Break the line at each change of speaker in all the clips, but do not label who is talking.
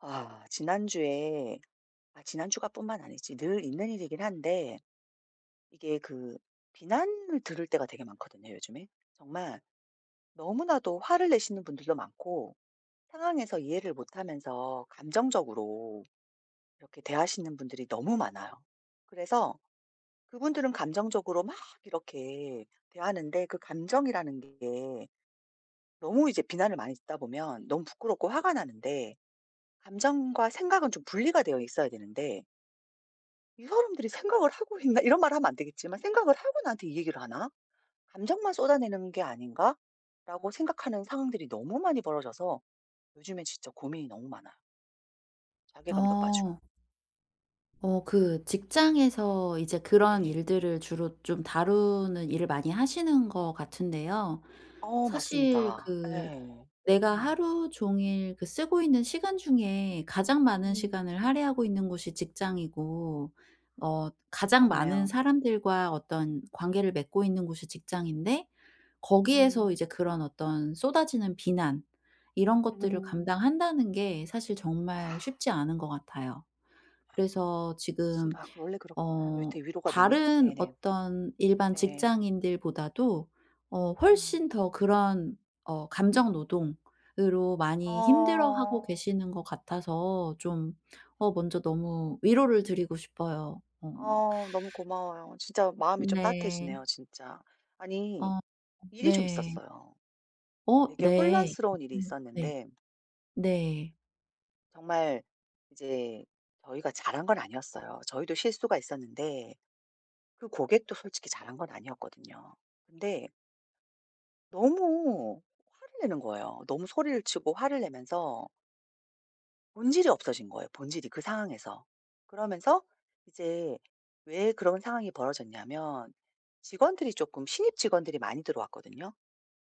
아, 지난주에, 지난주가뿐만 아니지 늘 있는 일이긴 한데, 이게 그 비난을 들을 때가 되게 많거든요, 요즘에. 정말 너무나도 화를 내시는 분들도 많고, 상황에서 이해를 못하면서 감정적으로 이렇게 대하시는 분들이 너무 많아요. 그래서 그분들은 감정적으로 막 이렇게 대하는데, 그 감정이라는 게 너무 이제 비난을 많이 듣다 보면 너무 부끄럽고 화가 나는데, 감정과 생각은 좀 분리가 되어 있어야 되는데, '이 사람들이 생각을 하고 있나?' 이런 말을 하면 안 되겠지만 '생각을 하고 나한테 이 얘기를 하나? 감정만 쏟아내는 게 아닌가?'라고 생각하는 상황들이 너무 많이 벌어져서 요즘에 진짜 고민이 너무 많아요. 자괴감도 빠지고.
어. 그 직장에서 이제 그런
예.
일들을 주로 좀 다루는 일을 많이 하시는 것 같은데요.
어
사실
맞습니다.
그
예.
내가
음.
하루 종일 그 쓰고 있는 시간 중에 가장 많은
음.
시간을 할애하고 있는 곳이 직장이고 가장 많은
그렇네요.
사람들과 어떤 관계를 맺고 있는 곳이 직장인데 거기에서
음.
이제 그런 어떤 쏟아지는 비난 이런 것들을
음.
감당한다는 게 사실 정말
아
쉽지 않은 것 같아요. 그래서
진
지금
아 그 원래 그렇구나. 이
어
되게 위로가 되네.
다른
네네.
어떤 일반
네.
직장인들보다도
음.
훨씬 더 그런 감정 노동으로 많이 힘들어하고
어.
계시는 것 같아서 좀 먼저 너무 위로를 드리고 싶어요. 어
어 너무 고마워요. 진짜 마음이 좀
네.
따뜻해지네요 진짜. 아니
어
일이 좀
네.
있었어요.
어
되게
네.
혼란스러운 일이
네.
있었는데
네.
정말 이제 저희가 잘한 건 아니었어요. 저희도 실수가 있었는데 그 고객도 솔직히 잘한 건 아니었거든요. 근데 너무 화를 내는 거예요. 너무 소리를 치고 화를 내면서 본질이 없어진 거예요, 본질이 그 상황에서. 그러면서 이제 왜 그런 상황이 벌어졌냐면 직원들이 조금 신입 직원들이 많이 들어왔거든요.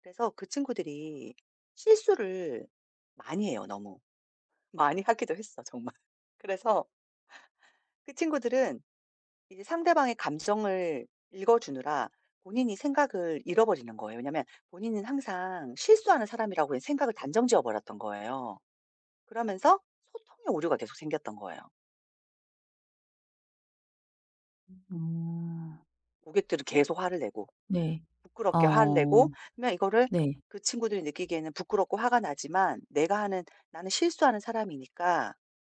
그래서 그 친구들이 실수를 많이 해요, 너무. 많이 하기도 했어 정말. 그래서 그 친구들은 이제 상대방의 감정을 읽어주느라 본인이 생각을 잃어버리는 거예요. 왜냐면 본인은 항상 실수하는 사람이라고 생각을 단정지어 버렸던 거예요. 그러면서 소통의 오류가 계속 생겼던 거예요.
어
고객들은 계속 화를 내고
네.
부끄럽게 화를
어
내고 그러면 이거를
네.
그 친구들이 느끼기에는 부끄럽고 화가 나지만 내가 하는 나는 실수하는 사람이니까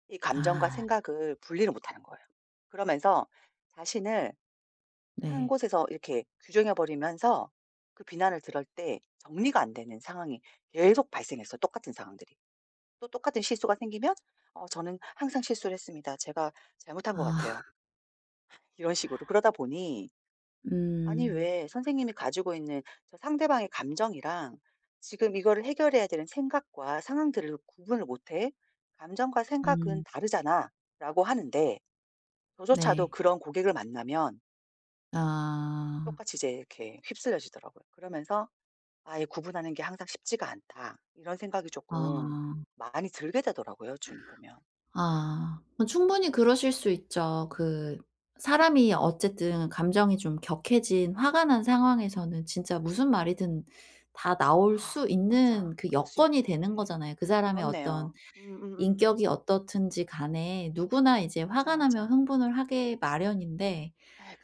이 감정과
아
생각을 분리를 못하는 거예요. 그러면서 자신을 한
네.
곳에서 이렇게 규정해 버리면서 그 비난을 들을 때 정리가 안 되는 상황이 계속 발생했어요, 똑같은 상황들이. 또 똑같은 실수가 생기면 "어 저는 항상 실수를 했습니다. 제가 잘못한 것
아
같아요." 이런 식으로. 그러다 보니 아니
음.
왜 선생님이 가지고 있는 저 상대방의 감정이랑 지금 이거를 해결해야 되는 생각과 상황들을 구분을 못 해? "감정과 생각은
음.
다르잖아."라고 하는데 저조차도
네.
그런 고객을 만나면
아.
똑같이 이제 이렇게 휩쓸려지더라고요. 그러면서 '아예 구분하는 게 항상 쉽지가 않다.' 이런 생각이 조금
아.
많이 들게 되더라고요, 요즘 보면. 음.
아. 뭐 충분히 그러실 수 있죠. 그 사람이 어쨌든 감정이 좀 격해진 화가 난 상황에서는 진짜 무슨 말이든 다 나올 수
아
있는
맞아.
그
그럴 수
여건이
있다.
되는
그래.
거잖아요. 그 사람의 어떤
그렇네요.
인격이 어떻든지 간에 누구나 이제
맞아,
화가 나면
맞아.
흥분을 하게 마련인데
아이고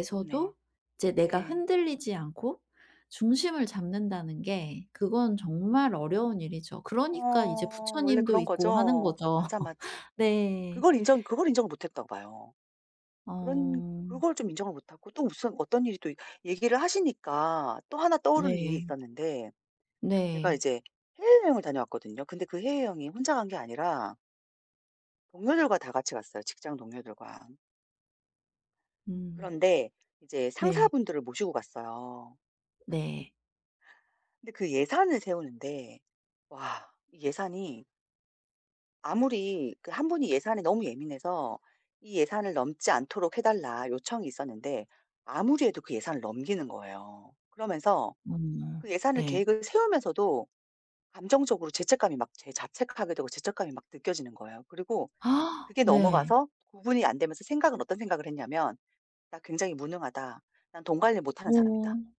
그렇네.
이제 내가
네.
흔들리지 않고 중심을 잡는다는 게 그건 정말 어려운 일이죠. 그러니까 이제
어 원래
부처님도
그런
있고 하는
거죠.
거죠.
맞아, 맞아.
네.
그걸 인정을 못 했다고 봐요.
어
그런 그걸 좀 인정을 못 하고 또 무슨 어떤 일이 또 얘기를 하시니까 또 하나 떠오르는 일이
네.
있었는데 제가
네.
이제 해외여행을 다녀왔거든요. 근데 그 해외여행이 혼자 간 게 아니라 동료들과 다 같이 갔어요, 직장 동료들과.
음.
그런데 이제
네.
상사분들을 모시고 갔어요.
네.
근데 그 예산을 세우는데 와 이 예산이 아무리 그 한 분이 예산에 너무 예민해서 "이 예산을 넘지 않도록 해 달라." 요청이 있었는데 아무리 해도 그 예산을 넘기는 거예요. 그러면서
음.
그 예산을
네.
계획을 세우면서도 감정적으로 죄책감이 막 제 자책하게 되고 죄책감이 막 느껴지는 거예요. 그리고
아,
그게
네.
넘어가서 구분이 안 되면서 생각은 어떤 생각을 했냐면 "나 굉장히 무능하다. 난 돈 관리 못하는
어.
사람이다."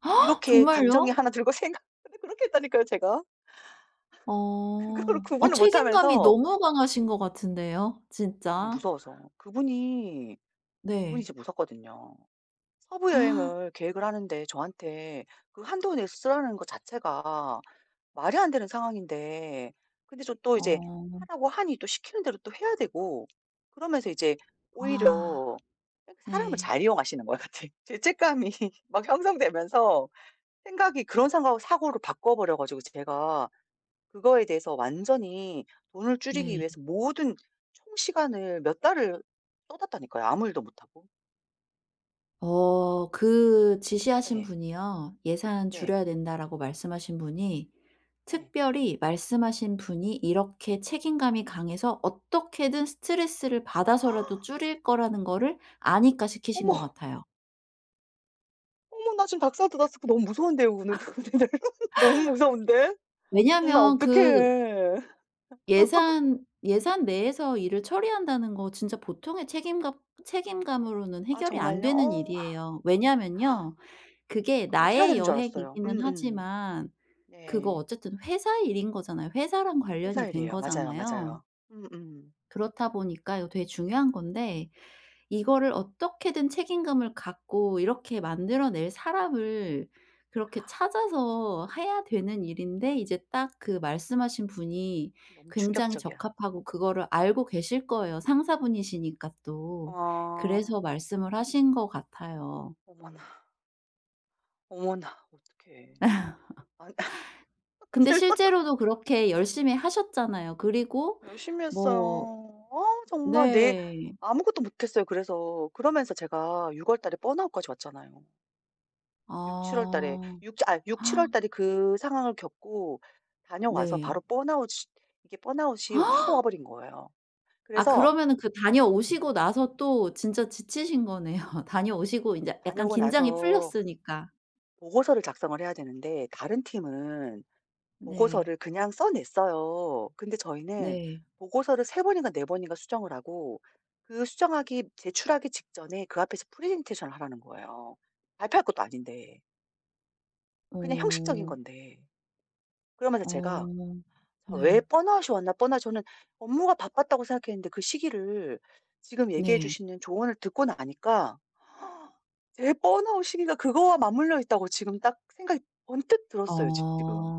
아,
이렇게 감정이
정말요?
하나 들고 생각 근데 그렇게 했다니까요 제가. 그거를
어. 아
구분을
책임감이
못하면서
너무 강하신 것 같은데요
아니
진짜.
무서워서. 그분이, 그분이
네.
진짜 무섭거든요. 서부
아.
여행을 계획을 하는데 저한테 그 한도 내에서 쓰라는 것 자체가 말이 안 되는 상황인데 근데 저 또 이제
어.
하라고 하니 또 시키는 대로 또 해야 되고 그러면서 이제
아
오히려 사람을
네.
잘 이용하시는 것 같아요. 죄책감이 막 형성되면서 생각이 그런 생각 사고로 바꿔 버려 가지고 제가 그거에 대해서 완전히 돈을 줄이기
네.
위해서 모든 총 시간을 몇 달을 쏟았다니까요 아무 일도 못 하고.
그 지시하신
예.
분이요. "예산
네.
줄여야 된다."라고 말씀하신 분이
예.
특별히 말씀하신 분이 이렇게 책임감이 강해서 어떻게든 스트레스를 받아서라도 줄일 거라는 거를 아니까 시키신 것
어머.
같아요.
어머 나 지금 닭살돋았어. 그거 너무 무서운데요 오늘 그 노래를. 너무 무서운데? 어머 나
왜냐하면 그
어떡해.
예산 내에서 일을 처리한다는 거 진짜 보통의 책임감 책임감으로는
아
해결이 안
정말요?
되는
어
일이에요. 왜냐면요. 그게
아, 그렇게 해야
나의
되는 줄 알았어요.
여행이기는
음음.
하지만 그거
네.
어쨌든 회사 일인 거잖아요. 회사랑 관련이
회사
된
일이에요. 맞아요,
거잖아요.
맞아요. 음음.
그렇다 보니까 이거 되게 중요한 건데 이거를 어떻게든 책임감을 갖고 이렇게 만들어낼 사람을 그렇게 찾아서 해야 되는 일인데 이제 딱 그 말씀하신 분이
너무
굉장히
충격적이야.
적합하고 그거를 알고 계실 거예요, 상사분이시니까 또.
아.
그래서 말씀을 하신 것 같아요.
어머나, 어머나 어떡해. 아
근데
제가
실제로도 그렇게 열심히 하셨잖아요. 그리고
열심히
뭐
했어요. 아 정말 내
네.
아무것도 못 했어요 그래서. 그러면서 제가 6월 달에 번아웃까지 왔잖아요. 6-7월 달에
아.
육 아 6-7월 달에 그 상황을 겪고 다녀와서
네.
바로 번아웃 이 게 번아웃이 확 와 버린 거예요.
아
그래서
그러면은 그 다녀오시고
응,
나서 또 진짜 지치신 거네요. 다녀오시고 인제 약간
다녀오고
긴장이
나서
풀렸으니까.
보고서를 작성을 해야 되는데 다른 팀은
네.
보고서를 그냥 써 냈어요. 근데 저희는
네.
보고서를 3 번인가 4 번인가 수정을 하고 그 수정하기 제출하기 직전에 그 앞에서 프레젠테이션을 하라는 거예요. 발표할 것도 아닌데. 그냥 형식적인
어.
건데. 그러면서 제가
어.
자, 왜
네.
뻔하시 왔나 뻔하' 저는 업무가 바빴다고 생각했는데 그 시기를 지금 얘기해
네.
주시는 조언을 듣고 나니까 제 뻔하올 시기가 그거와 맞물려 있다고 지금 딱 생각이 번뜩 들었어요
아.
지금.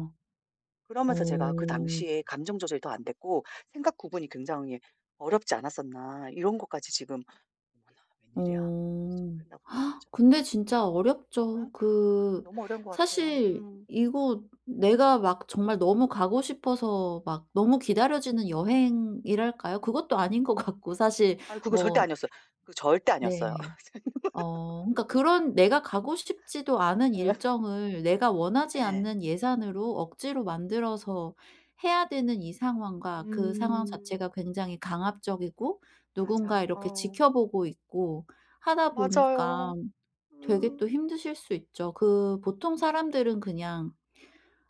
그러면서 제가 그
어.
당시에 감정 조절이 더 안 됐고 생각 구분이 굉장히 어렵지 않았었나 이런 것까지 지금 어머나 웬일이야. 진짜
어.
그랬나 보다 진짜.
근데 진짜 어렵죠.
응?
그
너무 어려운 것 같아요.
사실
음.
이거 내가 막 정말 너무 가고 싶어서 막 너무 기다려지는 여행이랄까요? 그것도 아닌 것 같고 사실
아유 그거 절대
뭐
아니었어요. 그거 절대 아니었어요.
네. 그러니까 그런 내가 가고 싶지도 않은 일정을 내가 원하지
예.
않는 예산으로 억지로 만들어서 해야 되는 이 상황과 그 상황
음.
자체가 굉장히 강압적이고 누군가
맞아.
이렇게
어.
지켜보고 있고 하다 보니까
맞아요.
되게 또
음.
힘드실 수 있죠. 그 보통 사람들은 그냥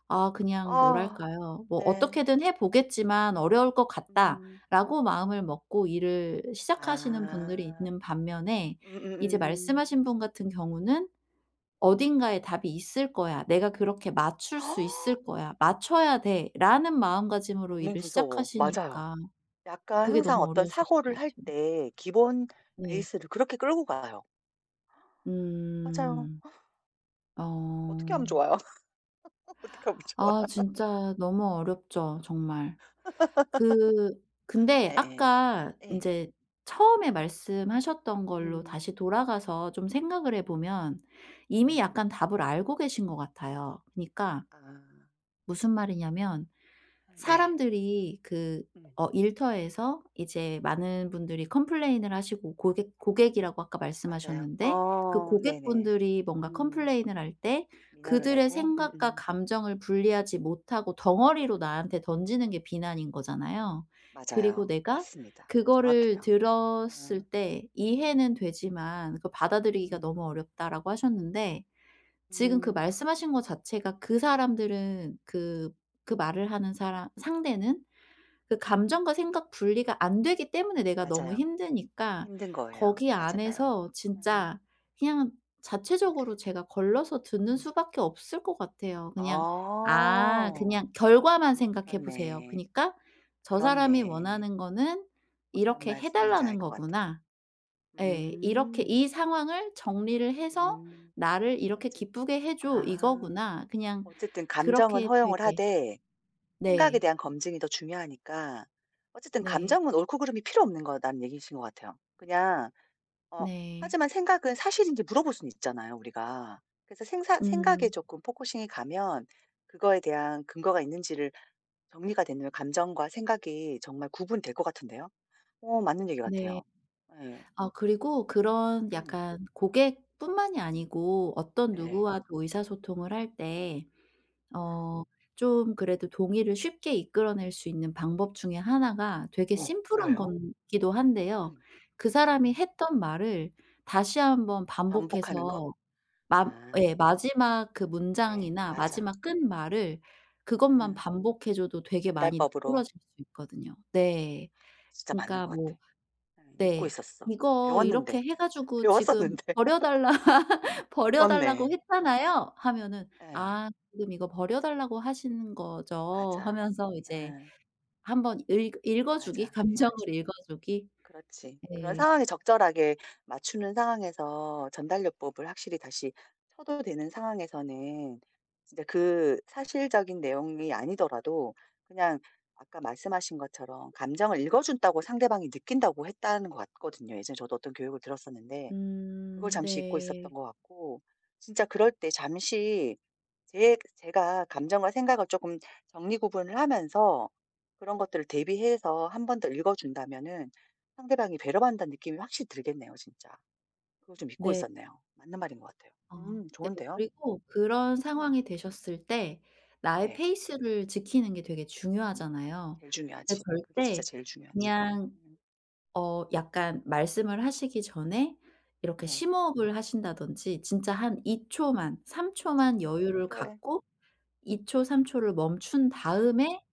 그냥
아.
뭐랄까요. 뭐
네.
'어떻게든 해 보겠지만 어려울 것
음.
같다.'라고 마음을 먹고 일을 시작하시는 분들이
아.
있는 반면에 이제
음음음.
말씀하신 분 같은 경우는 '어딘가에 답이 있을 거야. 내가 그렇게 맞출 수 있을 거야. 맞춰야 돼.'라는 마음가짐으로
너무
일을
무서워. 맞아요.
시작하시니까
약간
그게
항상
너무
어떤
어려우셨을
사고를
것
할
같아요.
때 기본
네.
베이스를 그렇게 끌고 가요. 맞아요.
음.
어떻게 하면
어.
좋아요? 어떻게 하면 좋아?
아 진짜 너무 어렵죠 정말. 그 근데
예예.
아까
예. 예.
인제 처음에 말씀하셨던 걸로
음.
다시 돌아가서 좀 생각을 해 보면 이미
음.
약간 답을 알고 계신 것 같아요. 그니까
아
무슨 말이냐면
네.
사람들이 그
음
일터에서 이제 많은 분들이 컴플레인을 하시고 고객 고객이라고 아까
맞아요.
말씀하셨는데 그
어 네네.
고객분들이 뭔가
음
컴플레인을 할 때
민원을
그들의
내고
생각과
음음.
감정을 분리하지 못하고 덩어리로 나한테 던지는 게 비난인 거잖아요. 그리고
맞아요.
내가
맞습니다.
그거를
정확해요.
들었을
어
때 이해는 되지만 그 받아들이기가 너무
음.
어렵다라고 하셨는데 지금 그
음
말씀하신 거 자체가 그 사람들은 그 그 말을 하는 사람 상대는 그 감정과 생각 분리가 안 되기 때문에 내가 너무
맞아요.
힘드니까
힘든 거예요.
거기
맞아요.
안에서
음
진짜 그냥 자체적으로
정확해.
제가 걸러서 듣는
음.
수밖에 없을 것 같아요. 그냥
어
그냥 결과만 생각해 보세요.
그렇네.
그니까 러 '저 사람이
그렇네.
원하는 거는
어떤
이렇게 해
말씀인지 알
달라는
것 같아요.
거구나.' 예. 이렇게
음.
'이 상황을 정리를 해서
음.
나를 이렇게
어쨌
기쁘게 해 줘.
아.
이거구나.' 그냥
어쨌든 감정은
그렇게
허용을
되게
하되 생각에
네.
대한 검증이 더 중요하니까 어쨌든
네.
감정은 옳고 그름이 필요 없는 거라는 얘기이신 것 같아요. 그냥 어
네.
하지만 생각은 사실인지 물어볼 수는 있잖아요, 우리가. 그래서 생사 생각에
음.
조금 포커싱이 가면 그거에 대한 근거가 있는지를 정리가 되면 감정과 생각이 정말 구분될 것 같은데요. 어 맞는 얘기
네.
같아요. 예.
아 그리고 그런
음.
약간 고객뿐만이 아니고 어떤
네.
누구와도 의사소통을 할 때
어.
어 좀 그래도 동의를 쉽게 이끌어낼 수 있는 방법 중에 하나가 되게
어
심플한
뭐요?
거기도 한데요.
음.
그 사람이
음.
했던 말을 다시 한번
반복하는 거?
반복해서 마 예
아
마지막 그
그래.
문장이나
맞아.
마지막 끝말을 그것만
응.
반복해 줘도 되게 많이
전달법으로.
누그러질 수 있거든요. 네.
진짜 맞는
그러니까
것
뭐
같아. 응. 잊고
네.
있었어.
"이거 이렇게
배웠는데.
해 가지고 지금
배웠었는데.
버려 달라 버려 달라고
그렇네.
했잖아요." 하면은
예.
"아 지금 이거 버려 달라고 하시는 거죠."
맞아.
하면서 이제
예.
한번 읽 읽어 주기,
맞아. 필요하지.
감정을 읽어 주기.
그렇지. 그런
네.
상황에 적절하게 맞추는 상황에서 전달요법을 확실히 다시 쳐도 되는 상황에서는 진짜 그 사실적인 내용이 아니더라도 그냥 아까 말씀하신 것처럼 감정을 읽어준다고 상대방이 느낀다고 했다는 것 같거든요. 예전에 저도 어떤 교육을 들었었는데 그걸 잠시 잊고 있었던
네.
것 같고 진짜 그럴 때 잠시 제 제가 감정과 생각을 조금 정리 구분을 하면서 그런 것들을 대비해서 한 번 더 읽어 준다면은 상대방이 배려받는다는 느낌이 확실히 들겠네요 진짜. 그걸 좀 잊고
네.
있었네요. 맞는 말인 것 같아요.
어 네.
좋은데요?
그리고 그런
음
상황이 되셨을 때 나의
네.
페이스를 지키는 게 되게 중요하잖아요.
제일 중요하지.
근데
그게 진짜
절대
제일 중요하지.
그냥
음
약간 말씀을 하시기 전에 이렇게
네.
심호흡을 하신다든지 진짜 한 2 초만 3
맞아.
초만 여유를
필요해.
갖고 2초 3 초를 멈춘 다음에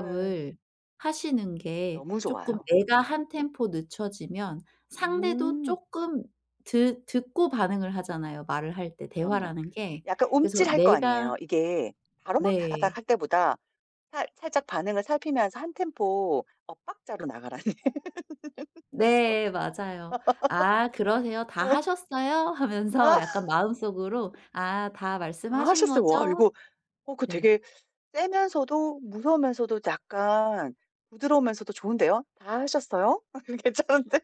네.
하시는 게
너무
쪼끔
좋아요.
내가
음.
한 템포 늦춰지면 상대도
음.
쪼끔 듣 듣고 반응을 하잖아요, 말을 할 때
그럼요.
대화라는 게.
약간
그래서
움찔할 거
내가
아니에요. 이게 바로 막 다다닥
네.
할 때보다 살 살짝 반응을 살피면서 한 템포 엇박자로 나가라는 그쵸.
네 맞아요. '아 그러세요? 다 하셨어요?' 하면서
아,
약간 마음속으로 '아 다
다
말씀하신
하셨어요. 와
거죠?'
이거 어 그
네.
되게 세면서도 무서우면서도 약간 부드러우면서도 좋은데요. 다 하셨어요? 괜찮은데?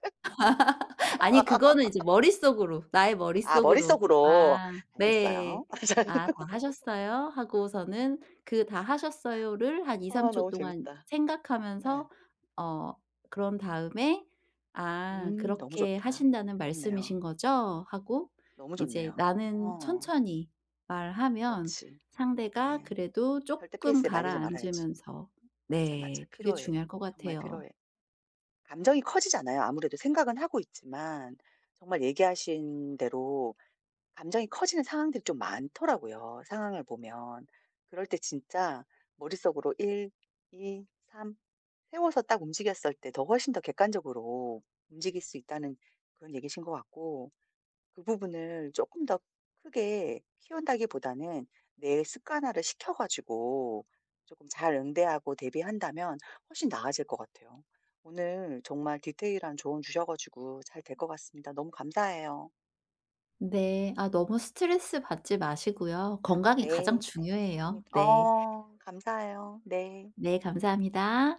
아니 그거는 이제 머릿속으로, 나의
아
머릿속으로
머릿속으로.
'아 네.
알겠어요.
아 다 하셨어요?' 하고서는 그 "다 하셨어요."를 한 2-3
아
초
너무
동안
재밌다.
생각하면서
예.
어 그런 다음에 '아
너무
그렇게
좋다.
하신다는
그렇네요.
말씀이신 거죠?' 하고
너무
이제
좋네요.
나는
어
천천히 말하면
그렇지.
상대가
예.
그래도
절대
쪼끔
페이스에 말리지 말아야지.
가라앉으면서
맞아, 맞아.
네 그게
필요해.
중요할 것
정말
같아요.
필요해. 감정이 커지잖아요. 아무래도 생각은 하고 있지만 정말 얘기하신 대로 감정이 커지는 상황들이 좀 많더라고요, 상황을 보면. 그럴 때 진짜 머릿속으로 1, 2, 3 세워서 딱 움직였을 때 더 훨씬 더 객관적으로 움직일 수 있다는 그런 얘기신 것 같고 그 부분을 조금 더 크게 키운다기보다는 내 습관화를 시켜 가지고 조금 잘 응대하고 대비한다면 훨씬 나아질 것 같아요. 오늘 정말 디테일한 조언 주셔 가지고 잘 될 것 같습니다. 너무 감사해요.
네. 아 너무 스트레스 받지 마시고요. 건강이 가장
네
중요해요.
알겠습니다.
네.
어 감사해요. 네.
네 감사합니다.